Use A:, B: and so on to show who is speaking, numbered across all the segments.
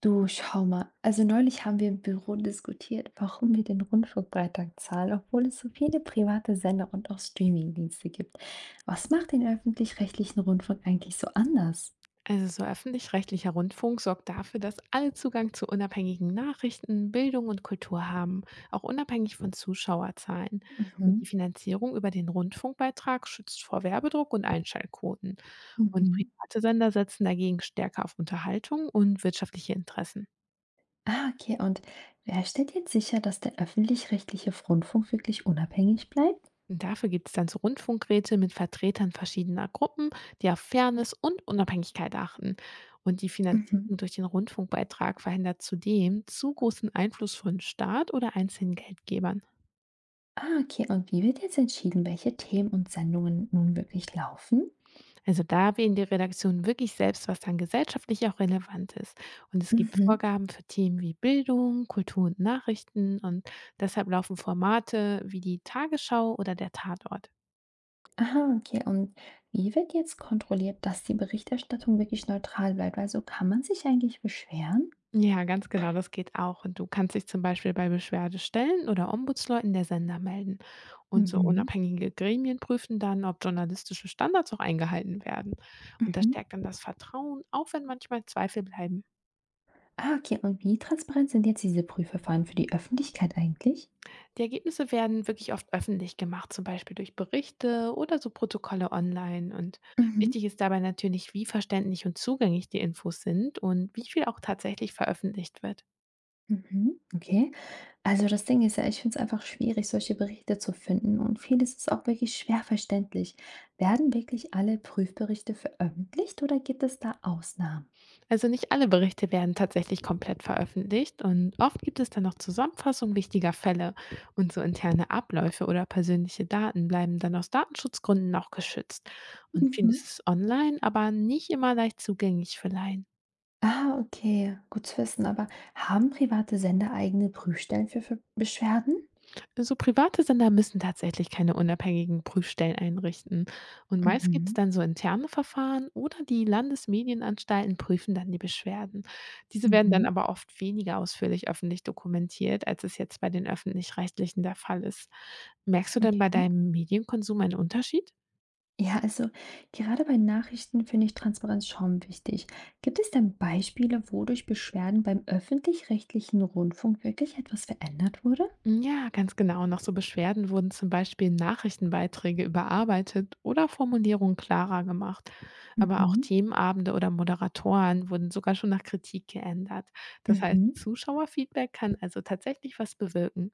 A: Du, schau mal. Also neulich haben wir im Büro diskutiert, warum wir den Rundfunkbeitrag zahlen, obwohl es so viele private Sender und auch Streamingdienste gibt. Was macht den öffentlich-rechtlichen Rundfunk eigentlich so anders?
B: Also so öffentlich-rechtlicher Rundfunk sorgt dafür, dass alle Zugang zu unabhängigen Nachrichten, Bildung und Kultur haben, auch unabhängig von Zuschauerzahlen. Und die
A: Mhm.
B: Finanzierung über den Rundfunkbeitrag schützt vor Werbedruck und Einschaltquoten. Und
A: Mhm.
B: private Sender setzen dagegen stärker auf Unterhaltung und wirtschaftliche Interessen.
A: Ah, okay. Und wer stellt jetzt sicher, dass der öffentlich-rechtliche Rundfunk wirklich unabhängig bleibt?
B: Und dafür gibt es dann so Rundfunkräte mit Vertretern verschiedener Gruppen, die auf Fairness und Unabhängigkeit achten. Und die Finanzierung
A: Mhm.
B: durch den Rundfunkbeitrag verhindert zudem zu großen Einfluss von Staat oder einzelnen Geldgebern.
A: Ah, okay. Und wie wird jetzt entschieden, welche Themen und Sendungen nun wirklich laufen?
B: Also da wählen die Redaktionen wirklich selbst, was dann gesellschaftlich auch relevant ist. Und es gibt
A: Mhm.
B: Vorgaben für Themen wie Bildung, Kultur und Nachrichten. Und deshalb laufen Formate wie die Tagesschau oder der Tatort.
A: Aha, okay. Und wie wird jetzt kontrolliert, dass die Berichterstattung wirklich neutral bleibt? Also kann man sich eigentlich beschweren?
B: Ja, ganz genau, das geht auch. Und du kannst dich zum Beispiel bei Beschwerdestellen oder Ombudsleuten der Sender melden. Und so
A: Mhm.
B: unabhängige Gremien prüfen dann, ob journalistische Standards auch eingehalten werden. Und das
A: Mhm.
B: stärkt dann das Vertrauen, auch wenn manchmal Zweifel bleiben.
A: Ah, okay. Und wie transparent sind jetzt diese Prüfverfahren für die Öffentlichkeit eigentlich?
B: Die Ergebnisse werden wirklich oft öffentlich gemacht, zum Beispiel durch Berichte oder so Protokolle online. Und
A: Mhm.
B: wichtig ist dabei natürlich, wie verständlich und zugänglich die Infos sind und wie viel auch tatsächlich veröffentlicht wird.
A: Mhm. Okay. Also das Ding ist ja, ich finde es einfach schwierig, solche Berichte zu finden, und vieles ist auch wirklich schwer verständlich. Werden wirklich alle Prüfberichte veröffentlicht oder gibt es da Ausnahmen?
B: Also nicht alle Berichte werden tatsächlich komplett veröffentlicht und oft gibt es dann noch Zusammenfassungen wichtiger Fälle und so interne Abläufe oder persönliche Daten bleiben dann aus Datenschutzgründen auch geschützt. Und
A: Mhm.
B: vieles ist online, aber nicht immer leicht zugänglich für Laien.
A: Ah, okay, gut zu wissen. Aber haben private Sender eigene Prüfstellen für Beschwerden?
B: So private Sender müssen tatsächlich keine unabhängigen Prüfstellen einrichten. Und meist gibt es
A: Mhm,
B: dann so interne Verfahren oder die Landesmedienanstalten prüfen dann die Beschwerden. Diese werden dann
A: mhm,
B: aber oft weniger ausführlich öffentlich dokumentiert, als es jetzt bei den öffentlich-rechtlichen der Fall ist. Merkst du denn bei
A: okay.
B: deinem Medienkonsum einen Unterschied?
A: Ja, also gerade bei Nachrichten finde ich Transparenz schon wichtig. Gibt es denn Beispiele, wo durch Beschwerden beim öffentlich-rechtlichen Rundfunk wirklich etwas verändert wurde?
B: Ja, ganz genau. Nach so Beschwerden wurden zum Beispiel Nachrichtenbeiträge überarbeitet oder Formulierungen klarer gemacht. Aber auch
A: Mhm,
B: Themenabende oder Moderatoren wurden sogar schon nach Kritik geändert. Das heißt,
A: mhm.
B: Zuschauerfeedback kann also tatsächlich was bewirken.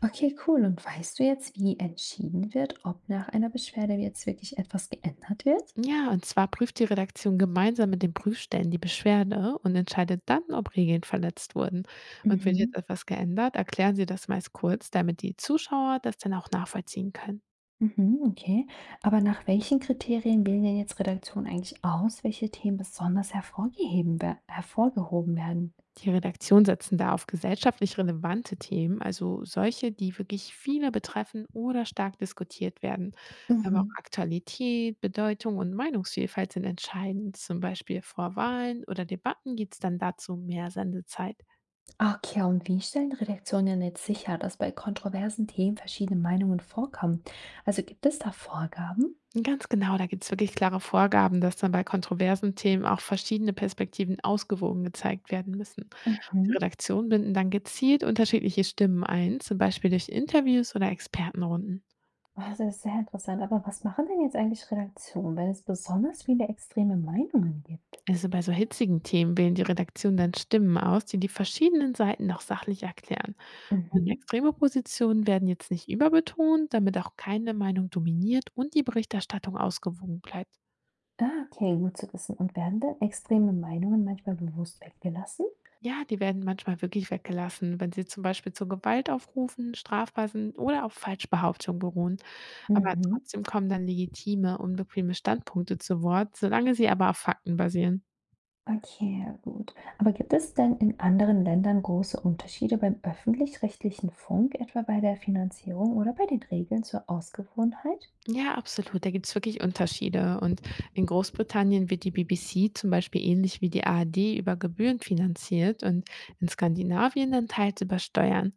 A: Okay, cool. Und weißt du jetzt, wie entschieden wird, ob nach einer Beschwerde jetzt wirklich etwas geändert wird?
B: Ja, und zwar prüft die Redaktion gemeinsam mit den Prüfstellen die Beschwerde und entscheidet dann, ob Regeln verletzt wurden. Und wird
A: Mhm.
B: jetzt etwas geändert, erklären sie das meist kurz, damit die Zuschauer das dann auch nachvollziehen können.
A: Mhm, okay. Aber nach welchen Kriterien wählen denn jetzt Redaktionen eigentlich aus, welche Themen besonders hervorgeheben wer hervorgehoben werden?
B: Die Redaktion setzen da auf gesellschaftlich relevante Themen, also solche, die wirklich viele betreffen oder stark diskutiert werden. Aber auch
A: Mhm.
B: Aktualität, Bedeutung und Meinungsvielfalt sind entscheidend. Zum Beispiel vor Wahlen oder Debatten gibt es dann dazu mehr Sendezeit.
A: Okay, und wie stellen Redaktionen denn jetzt sicher, dass bei kontroversen Themen verschiedene Meinungen vorkommen? Also gibt es da Vorgaben?
B: Ganz genau, da gibt es wirklich klare Vorgaben, dass dann bei kontroversen Themen auch verschiedene Perspektiven ausgewogen gezeigt werden müssen. Die
A: Mhm.
B: Redaktionen binden dann gezielt unterschiedliche Stimmen ein, zum Beispiel durch Interviews oder Expertenrunden.
A: Oh, das ist sehr interessant. Aber was machen denn jetzt eigentlich Redaktionen, wenn es besonders viele extreme Meinungen gibt?
B: Also bei so hitzigen Themen wählen die Redaktion dann Stimmen aus, die die verschiedenen Seiten noch sachlich erklären. Und
A: Mhm.
B: extreme Positionen werden jetzt nicht überbetont, damit auch keine Meinung dominiert und die Berichterstattung ausgewogen bleibt.
A: Ah, okay, gut zu wissen. Und werden denn extreme Meinungen manchmal bewusst weggelassen?
B: Ja, die werden manchmal wirklich weggelassen, wenn sie zum Beispiel zur Gewalt aufrufen, strafbar sind oder auf Falschbehauptungen beruhen. Aber
A: Mhm.
B: trotzdem kommen dann legitime, unbequeme Standpunkte zu Wort, solange sie aber auf Fakten basieren.
A: Okay, ja gut. Aber gibt es denn in anderen Ländern große Unterschiede beim öffentlich-rechtlichen Funk, etwa bei der Finanzierung oder bei den Regeln zur Ausgewogenheit?
B: Ja, absolut. Da gibt's wirklich Unterschiede. Und in Großbritannien wird die BBC zum Beispiel ähnlich wie die ARD über Gebühren finanziert und in Skandinavien dann teils über Steuern.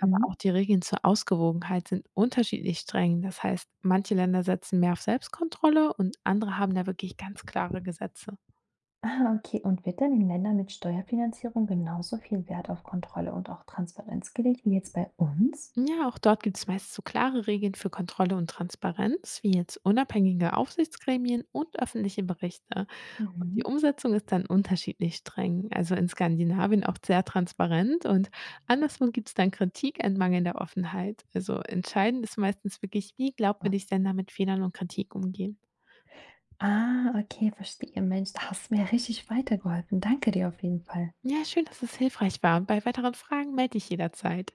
B: Aber auch die Regeln zur Ausgewogenheit sind unterschiedlich streng. Das heißt, manche Länder setzen mehr auf Selbstkontrolle und andere haben da wirklich ganz klare Gesetze.
A: Ah, okay. Und wird dann in Ländern mit Steuerfinanzierung genauso viel Wert auf Kontrolle und auch Transparenz gelegt wie jetzt bei uns?
B: Ja, auch dort gibt's meist so klare Regeln für Kontrolle und Transparenz, wie jetzt unabhängige Aufsichtsgremien und öffentliche Berichte. Und die
A: Mhm.
B: Umsetzung ist dann unterschiedlich streng. Also in Skandinavien oft sehr transparent und anderswo gibt es dann Kritik an mangelnder Offenheit. Also entscheidend ist meistens wirklich, wie glaubwürdig Sender mit Fehlern und Kritik umgehen.
A: Ah, okay, verstehe. Mensch, da hast du mir richtig weitergeholfen. Danke dir auf jeden Fall.
B: Ja, schön, dass es hilfreich war. Bei weiteren Fragen melde ich jederzeit.